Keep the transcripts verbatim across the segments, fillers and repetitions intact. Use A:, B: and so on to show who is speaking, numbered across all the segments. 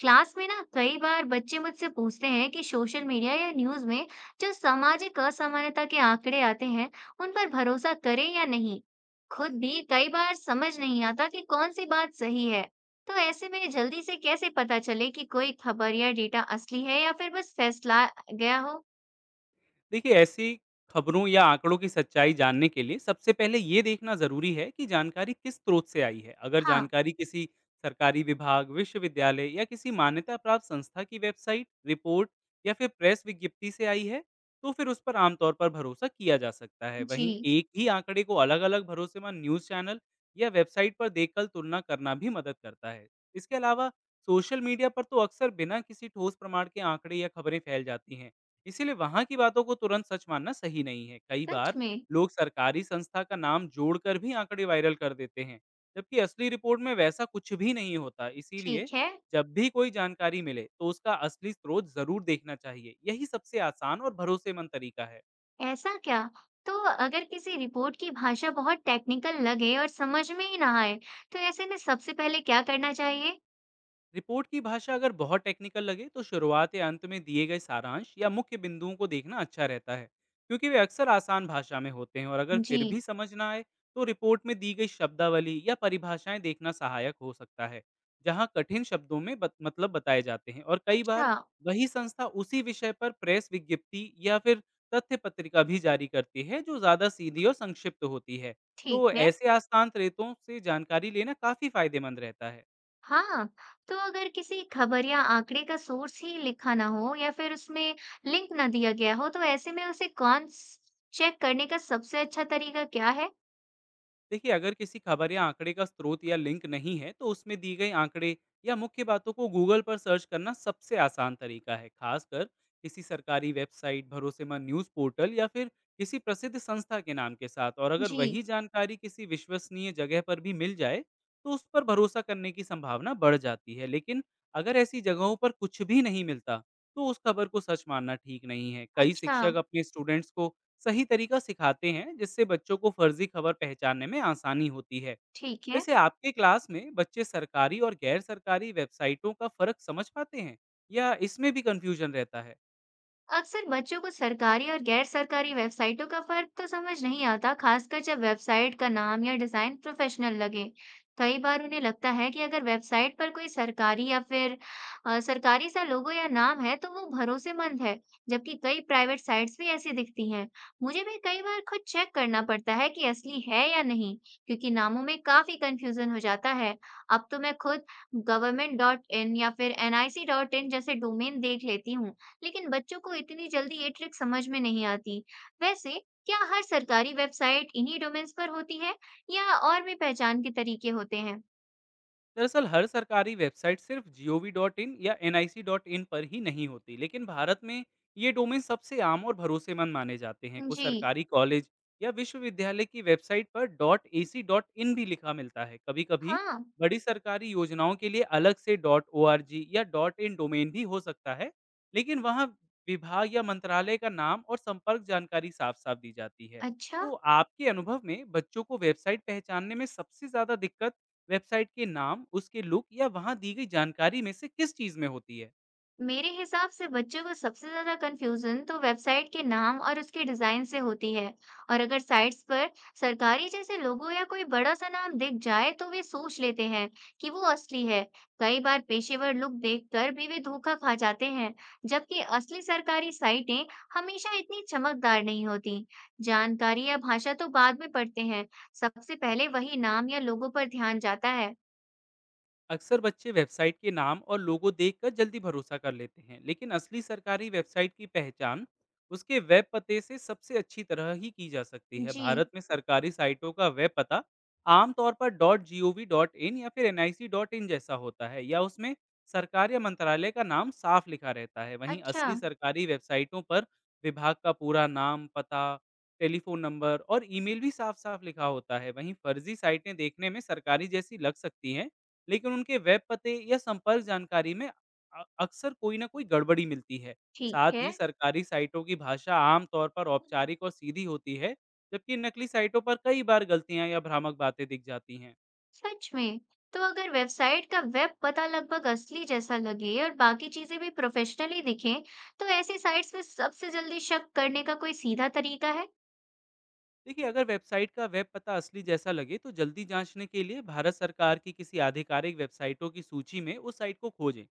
A: Class में ना कई बार बच्चे मुझसे पूछते हैं कि सोशल मीडिया या न्यूज़ में जो सामाजिक असमानता के आंकड़े आते हैं, उन पर भरोसा करें या नहीं। खुद भी कई बार समझ नहीं आता कि कौन सी बात सही है। तो ऐसे में जल्दी से कैसे पता चले कि कोई खबर या डेटा असली है या फिर बस फैसला गया हो?
B: देखिए, ऐसी खबरों या आंकड़ों की सच्चाई जानने के लिए सबसे पहले ये देखना जरूरी है कि जानकारी किस स्रोत से आई है। अगर
A: हाँ,
B: जानकारी किसी सरकारी विभाग, विश्वविद्यालय या किसी मान्यता प्राप्त संस्था की वेबसाइट, रिपोर्ट या फिर प्रेस विज्ञप्ति से आई है, तो फिर उस पर आमतौर पर भरोसा किया जा सकता है। वहीं
A: जी,
B: एक ही आंकड़े को अलग अलग भरोसेमंद न्यूज चैनल या वेबसाइट पर देखकर तुलना करना भी मदद करता है। इसके अलावा सोशल मीडिया पर तो अक्सर बिना किसी ठोस प्रमाण के आंकड़े या खबरें फैल जाती हैं। इसीलिए वहाँ की बातों को तुरंत सच मानना सही नहीं है। कई
A: सच
B: बार
A: में।
B: लोग सरकारी संस्था का नाम जोड़कर भी आंकड़े वायरल कर देते हैं, जबकि असली रिपोर्ट में वैसा कुछ भी नहीं होता। इसीलिए
A: ठीक है।
B: जब भी कोई जानकारी मिले, तो उसका असली स्रोत ज़रूर देखना चाहिए। यही सबसे आसान और भरोसेमंद तरीका है।
A: ऐसा क्या? तो अगर किसी रिपोर्ट की भाषा बहुत टेक्निकल लगे और समझ में ही ना आए, तो ऐसे में सबसे पहले क्या करना चाहिए?
B: रिपोर्ट की भाषा अगर बहुत टेक्निकल लगे, तो शुरुआत या अंत में दिए गए सारांश या मुख्य बिंदुओं को देखना अच्छा रहता है, क्योंकि वे अक्सर आसान भाषा में होते हैं। और अगर
A: जी,
B: फिर भी समझ ना आए, तो रिपोर्ट में दी गई शब्दावली या परिभाषाएं देखना सहायक हो सकता है, जहाँ कठिन शब्दों में बत, मतलब बताए जाते हैं। और कई बार
A: अच्छा,
B: वही संस्था उसी विषय पर प्रेस विज्ञप्ति या फिर तथ्य पत्रिका भी जारी करती है, जो ज़्यादा सीधी और संक्षिप्त होती है।
A: ठीक
B: तो
A: है।
B: ऐसे आसान रेतों से जानकारी लेना काफ़ी फायदेमंद रहता है।
A: हाँ, तो अगर किसी खबर या आंकड़े का सोर्स ही लिखा ना हो या फिर उसमें लिंक ना दिया गया हो, तो ऐसे में उसे कौन चेक करने का सबसे अच्छा तरीका क्या है?
B: देखिए, अगर किसी खबर या आंकड़े का स्रोत या लिंक नहीं है, तो उसमें दी गई आंकड़े या मुख्य बातों को गूगल पर सर्च करना सबसे आसान तरीका है, खासकर किसी सरकारी वेबसाइट, भरोसेमंद न्यूज़ पोर्टल या फिर किसी प्रसिद्ध संस्था के नाम के साथ। और अगर
A: जी,
B: वही जानकारी किसी विश्वसनीय जगह पर भी मिल जाए, तो उस पर भरोसा करने की संभावना बढ़ जाती है। लेकिन अगर ऐसी जगहों पर कुछ भी नहीं मिलता, तो उस खबर को सच मानना ठीक नहीं है। कई
A: अच्छा,
B: शिक्षक अपने स्टूडेंट्स को सही तरीका सिखाते हैं, जिससे बच्चों को फर्जी खबर पहचानने में आसानी होती है।
A: ठीक है।
B: वैसे आपके क्लास में बच्चे सरकारी और गैर सरकारी वेबसाइटों का फर्क समझ पाते हैं या इसमें भी कंफ्यूजन रहता है?
A: अक्सर बच्चों को सरकारी और गैर सरकारी वेबसाइटों का फर्क तो समझ नहीं आता, खासकर जब वेबसाइट का नाम या डिजाइन प्रोफेशनल लगे। कई बार उन्हें लगता है कि अगर वेबसाइट पर कोई सरकारी या फिर अ, सरकारी सा लोगो या नाम है, तो वो भरोसेमंद है, जबकि कई प्राइवेट साइट्स भी ऐसी दिखती हैं। मुझे भी कई बार खुद चेक करना पड़ता है कि असली है या नहीं, क्योंकि नामों में काफी कंफ्यूजन हो जाता है। अब तो मैं खुद government डॉट in या फिर nic डॉट in जैसे डोमेन देख लेती हूँ। लेकिन बच्चों को इतनी जल्दी ये ट्रिक समझ में नहीं आती। वैसे क्या हर सरकारी वेबसाइट इन्हीं डोमेन्स पर होती है या और भी पहचान के तरीके होते हैं?
B: दरअसल हर सरकारी वेबसाइट सिर्फ जी ओ वी डॉट इन या N I C dot in पर ही नहीं होती, लेकिन भारत में ये डोमेन सबसे आम और भरोसेमंद माने जाते हैं। कुछ
A: जी,
B: सरकारी कॉलेज या विश्वविद्यालय की वेबसाइट पर dot A C dot in भी लिखा मिलता है। कभी कभी
A: हाँ,
B: बड़ी सरकारी योजनाओं के लिए अलग से डॉट ओ आर जी या डॉट इन डोमेन भी हो सकता है, लेकिन वहाँ विभाग या मंत्रालय का नाम और संपर्क जानकारी साफ साफ दी जाती है।
A: अच्छा।
B: तो आपके अनुभव में बच्चों को वेबसाइट पहचानने में सबसे ज्यादा दिक्कत वेबसाइट के नाम, उसके लुक या वहाँ दी गई जानकारी में से किस चीज़ में होती है?
A: मेरे हिसाब से बच्चों को सबसे ज्यादा कंफ्यूजन तो वेबसाइट के नाम और उसके डिजाइन से होती है। और अगर साइट्स पर सरकारी जैसे लोगो या कोई बड़ा सा नाम दिख जाए तो वे सोच लेते हैं कि वो असली है। कई बार पेशेवर लुक देखकर भी वे धोखा खा जाते हैं, जबकि असली सरकारी साइटें हमेशा इतनी चमकदार नहीं होती। जानकारी या भाषा तो बाद में पढ़ते हैं, सबसे पहले वही नाम या लोगो पर ध्यान जाता है।
B: अक्सर बच्चे वेबसाइट के नाम और लोगो देखकर जल्दी भरोसा कर लेते हैं, लेकिन असली सरकारी वेबसाइट की पहचान उसके वेब पते से सबसे अच्छी तरह ही की जा सकती है।
A: जी,
B: भारत में सरकारी साइटों का वेब पता आमतौर पर dot G O V dot in या फिर N I C dot in जैसा होता है, या उसमें सरकार या मंत्रालय का नाम साफ लिखा रहता है। वहीं
A: अच्छा,
B: असली सरकारी वेबसाइटों पर विभाग का पूरा नाम, पता, टेलीफोन नंबर और ईमेल भी साफ साफ लिखा होता है। वहीं फर्जी साइटें देखने में सरकारी जैसी लग सकती हैं, लेकिन उनके वेब पते या संपर्क जानकारी में अ अक्सर कोई न कोई गड़बड़ी मिलती है।
A: ठीक
B: साथ
A: है,
B: ही सरकारी साइटों की भाषा आम तौर पर औपचारिक और सीधी होती है, जबकि नकली साइटों पर कई बार गलतियाँ या भ्रामक बातें दिख जाती हैं।
A: सच में। तो अगर वेबसाइट का वेब पता लगभग असली जैसा लगे और बाकी चीजें भी प्रोफेशनली दिखें, तो ऐसी साइट्स में सबसे जल्दी शक करने का कोई सीधा तरीका है?
B: देखिए, अगर वेबसाइट का वेब पता असली जैसा लगे, तो जल्दी जांचने के लिए भारत सरकार की किसी आधिकारिक वेबसाइटों की सूची में उस साइट को खोजें,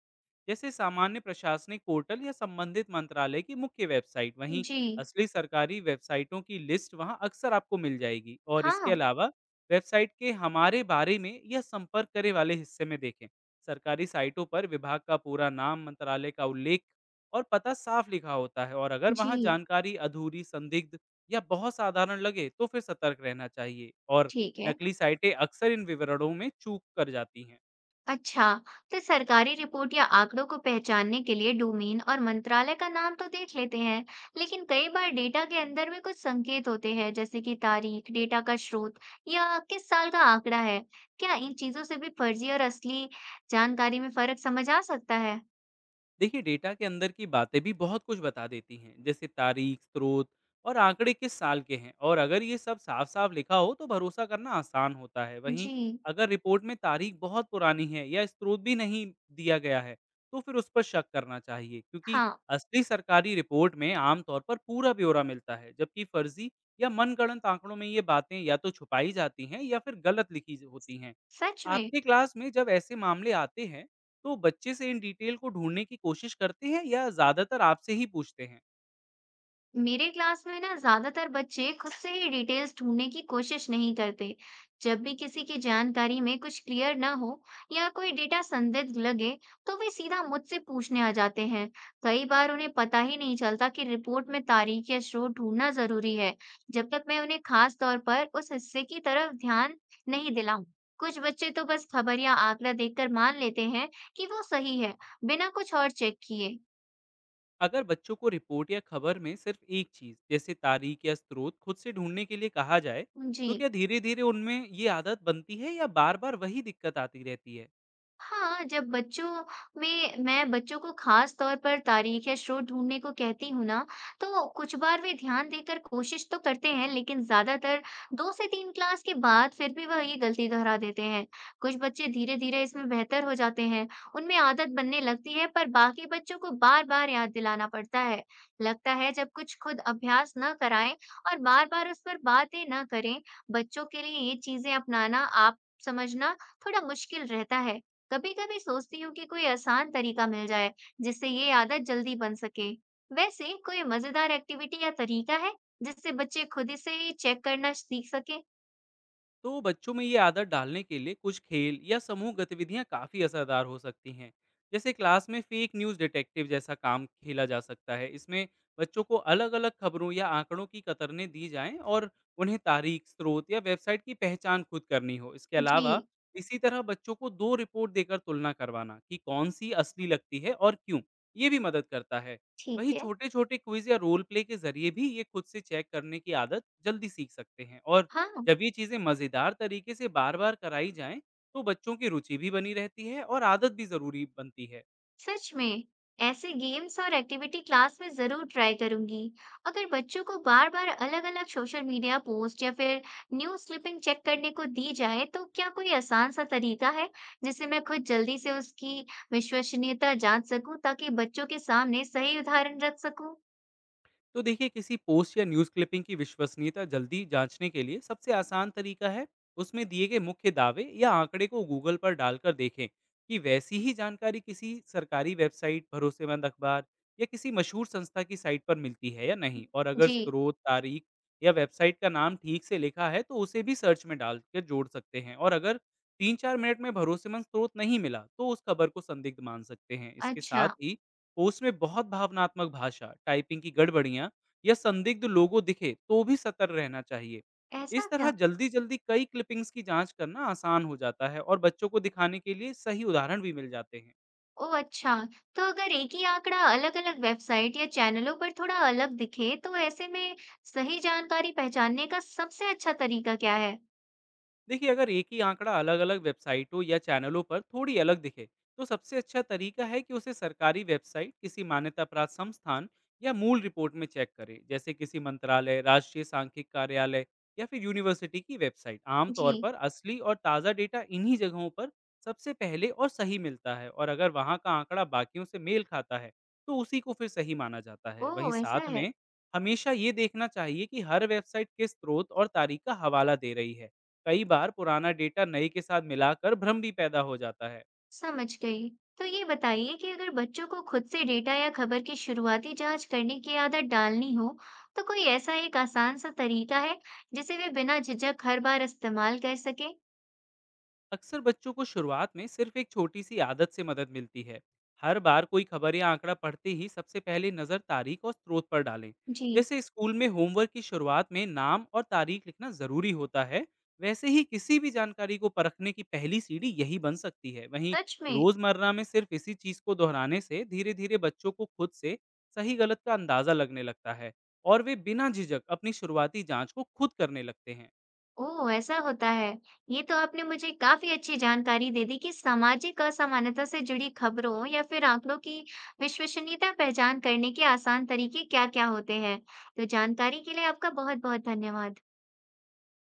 B: जैसे सामान्य प्रशासनिक पोर्टल या संबंधित मंत्रालय की मुख्य वेबसाइट। वहीं
A: जी,
B: असली सरकारी वेबसाइटों की लिस्ट वहां अक्सर आपको मिल जाएगी। और इसके
A: हाँ,
B: अलावा वेबसाइट के हमारे बारे में या संपर्क करे वाले हिस्से में देखें। सरकारी साइटों पर विभाग का पूरा नाम, मंत्रालय का उल्लेख और पता साफ लिखा होता है। और अगर
A: जी,
B: वहां जानकारी अधूरी, संदिग्ध या बहुत साधारण लगे, तो फिर सतर्क रहना चाहिए। और
A: ठीक है,
B: नकली साइटें अक्सर इन विवरणों में चूक कर जाती हैं।
A: अच्छा। तो सरकारी रिपोर्ट या आंकड़ों को पहचानने के लिए डोमेन और मंत्रालय का नाम तो देख लेते हैं, लेकिन कई बार डेटा के अंदर भी कुछ संकेत होते हैं, जैसे कि तारीख, डेटा का स्रोत या किस साल का आंकड़ा है। क्या इन चीजों से भी फर्जी और असली जानकारी में फर्क समझ आ सकता है?
B: देखिए, डेटा के अंदर की बातें भी बहुत कुछ बता देती हैं, जैसे तारीख, स्रोत और आंकड़े किस साल के हैं। और अगर ये सब साफ साफ लिखा हो, तो भरोसा करना आसान होता है। वहीं
A: जी,
B: अगर रिपोर्ट में तारीख बहुत पुरानी है या स्रोत भी नहीं दिया गया है, तो फिर उस पर शक करना चाहिए, क्योंकि
A: हाँ,
B: असली सरकारी रिपोर्ट में आमतौर पर पूरा ब्यौरा मिलता है, जबकि फर्जी या मनगढ़ंत आंकड़ों में ये बातें या तो छुपाई जाती हैं या फिर गलत लिखी होती हैं।
A: सच में।
B: आपकी क्लास में जब ऐसे मामले आते हैं, तो बच्चे से इन डिटेल को ढूंढने की कोशिश करते हैं या ज्यादातर आपसे ही पूछते हैं?
A: मेरे क्लास में ना ज्यादातर बच्चे खुद से ही डिटेल्स ढूंढने की कोशिश नहीं करते। जब भी किसी की जानकारी में कुछ क्लियर ना हो या कोई डेटा संदिग्ध लगे, तो वे सीधा मुझसे पूछने आ जाते हैं। कई बार उन्हें पता ही नहीं चलता कि रिपोर्ट में तारीख या स्रोत ढूंढना जरूरी है, जब तक मैं उन्हें खास तौर पर उस हिस्से की तरफ ध्यान नहीं दिलाऊं। कुछ बच्चे तो बस खबर या आंकड़ा देखकर मान लेते हैं कि वो सही है, बिना कुछ और चेक किए।
B: अगर बच्चों को रिपोर्ट या खबर में सिर्फ एक चीज, जैसे तारीख या स्रोत खुद से ढूंढने के लिए कहा जाए,
A: जी,
B: तो क्या धीरे धीरे उनमें ये आदत बनती है या बार बार वही दिक्कत आती रहती है?
A: हाँ, जब बच्चों में मैं बच्चों को खास तौर पर तारीख या स्रोत ढूंढने को कहती हूँ ना, तो कुछ बार वे ध्यान देकर कोशिश तो करते हैं, लेकिन ज्यादातर दो से तीन क्लास के बाद फिर भी वह ये गलती दोहरा देते हैं। कुछ बच्चे धीरे धीरे इसमें बेहतर हो जाते हैं, उनमें आदत बनने लगती है, पर बाकी बच्चों को बार बार याद दिलाना पड़ता है। लगता है जब कुछ खुद अभ्यास न कराएं और बार बार उस पर बातें न करें, बच्चों के लिए ये चीजें अपनाना, आप, समझना, थोड़ा मुश्किल रहता है। कभी कभी सोचती हूँ कि कोई आसान तरीका मिल जाए, जिससे ये आदत जल्दी बन सके। वैसे कोई मजेदार एक्टिविटी या तरीका है, जिससे बच्चे खुद से चेक करना सीख सके?
B: तो बच्चों में ये आदत डालने के लिए कुछ खेल या समूह गतिविधियां काफी असरदार हो सकती हैं। जैसे क्लास में फेक न्यूज डिटेक्टिव जैसा काम खेला जा सकता है। इसमें बच्चों को अलग अलग खबरों या आंकड़ों की कतरने दी जाएं और उन्हें तारीख, स्रोत या वेबसाइट की पहचान खुद करनी हो। इसके
A: जी,
B: अलावा इसी तरह बच्चों को दो रिपोर्ट देकर तुलना करवाना कि कौन सी असली लगती है और क्यों, ये भी मदद करता है।
A: ठीक
B: वहीं
A: है,
B: छोटे छोटे क्विज या रोल प्ले के जरिए भी ये खुद से चेक करने की आदत जल्दी सीख सकते हैं। और
A: हाँ,
B: जब ये चीज़ें मज़ेदार तरीके से बार-बार कराई जाएँ, तो बच्चों की रुचि भी बनी रहती है और आदत भी ज़रूरी बनती है।
A: सच में। ऐसे गेम्स और एक्टिविटी क्लास में जरूर ट्राई करूंगी। अगर बच्चों को बार बार अलग अलग सोशल मीडिया पोस्ट या फिर न्यूज क्लिपिंग चेक करने को दी जाए, तो क्या कोई आसान सा तरीका है, जिससे मैं खुद जल्दी से उसकी विश्वसनीयता जांच सकूं, ताकि बच्चों के सामने सही उदाहरण रख सकूं?
B: तो देखिए, किसी पोस्ट या न्यूज़ क्लिपिंग की विश्वसनीयता जल्दी जांचने के लिए सबसे आसान तरीका है, उसमें दिए गए मुख्य दावे या आंकड़े को गूगल पर डालकर देखें कि वैसी ही जानकारी किसी सरकारी वेबसाइट, भरोसेमंद अखबार या किसी मशहूर संस्था की साइट पर मिलती है या नहीं। और अगर
A: जी,
B: स्रोत, तारीख या वेबसाइट का नाम ठीक से लिखा है, तो उसे भी सर्च में डाल कर जोड़ सकते हैं। और अगर तीन चार मिनट में भरोसेमंद स्रोत नहीं मिला, तो उस खबर को संदिग्ध मान सकते हैं। इसके
A: अच्छा,
B: साथ ही पोस्ट में बहुत भावनात्मक भाषा, टाइपिंग की गड़बड़ियाँ या संदिग्ध लोगो दिखे, तो भी सतर्क रहना चाहिए।
A: ऐसा
B: इस तरह
A: क्या?
B: जल्दी-जल्दी कई क्लिपिंग्स की जांच करना आसान हो जाता है और बच्चों को दिखाने के लिए सही उदाहरण भी मिल जाते हैं।
A: ओह, अच्छा, तो अगर एक ही आंकड़ा अलग-अलग वेबसाइट या चैनलों पर थोड़ा अलग दिखे, तो ऐसे में सही जानकारी पहचानने का सबसे अच्छा तरीका क्या है?
B: देखिए, अगर एक ही आंकड़ा अलग अलग वेबसाइटों या चैनलों पर थोड़ी अलग दिखे, तो सबसे अच्छा तरीका है कि उसे सरकारी वेबसाइट, किसी मान्यता प्राप्त संस्थान या मूल रिपोर्ट में चेक करें। जैसे किसी मंत्रालय, राष्ट्रीय सांख्यिक कार्यालय या फिर यूनिवर्सिटी की वेबसाइट। आमतौर
A: जी,
B: पर असली और ताज़ा डेटा इन्हीं जगहों पर सबसे पहले और सही मिलता है। और अगर वहाँ का आंकड़ा बाकियों से मेल खाता है, तो उसी को फिर सही माना जाता है। वहीं
A: ओह, ऐसा
B: साथ
A: है,
B: में हमेशा ये देखना चाहिए कि हर वेबसाइट किस स्रोत और तारीख का हवाला दे रही है। कई बार पुराना डेटा नए के साथ मिलाकर भ्रम भी पैदा हो जाता है।
A: समझ गई। तो ये बताइए कि अगर बच्चों को खुद से डेटा या खबर की शुरुआती जांच करने की आदत डालनी हो, तो कोई ऐसा एक आसान सा तरीका है, जिसे वे बिना झिझक हर बार इस्तेमाल कर सके?
B: अक्सर बच्चों को शुरुआत में सिर्फ एक छोटी सी आदत से मदद मिलती है। हर बार कोई खबर या आंकड़ा पढ़ते ही सबसे पहले नज़र तारीख और स्रोत पर डालें।
A: जी,
B: जैसे स्कूल में होमवर्क की शुरुआत में नाम और तारीख लिखना ज़रूरी होता है, वैसे ही किसी भी जानकारी को परखने की पहली सीढ़ी यही बन सकती है। वहीं
A: सच में?
B: रोज़मर्रा में सिर्फ इसी चीज़ को दोहराने से धीरे धीरे बच्चों को खुद से सही गलत का अंदाज़ा लगने लगता है और वे बिना झिझक अपनी शुरुआती जांच को खुद करने लगते हैं।
A: ओह! ऐसा होता है। ये तो आपने मुझे काफ़ी अच्छी जानकारी दे दी कि सामाजिक असमानता से जुड़ी खबरों या फिर आँकड़ों की विश्वसनीयता पहचान करने के आसान तरीके क्या-क्या होते हैं। तो जानकारी के लिए आपका बहुत-बहुत धन्यवाद।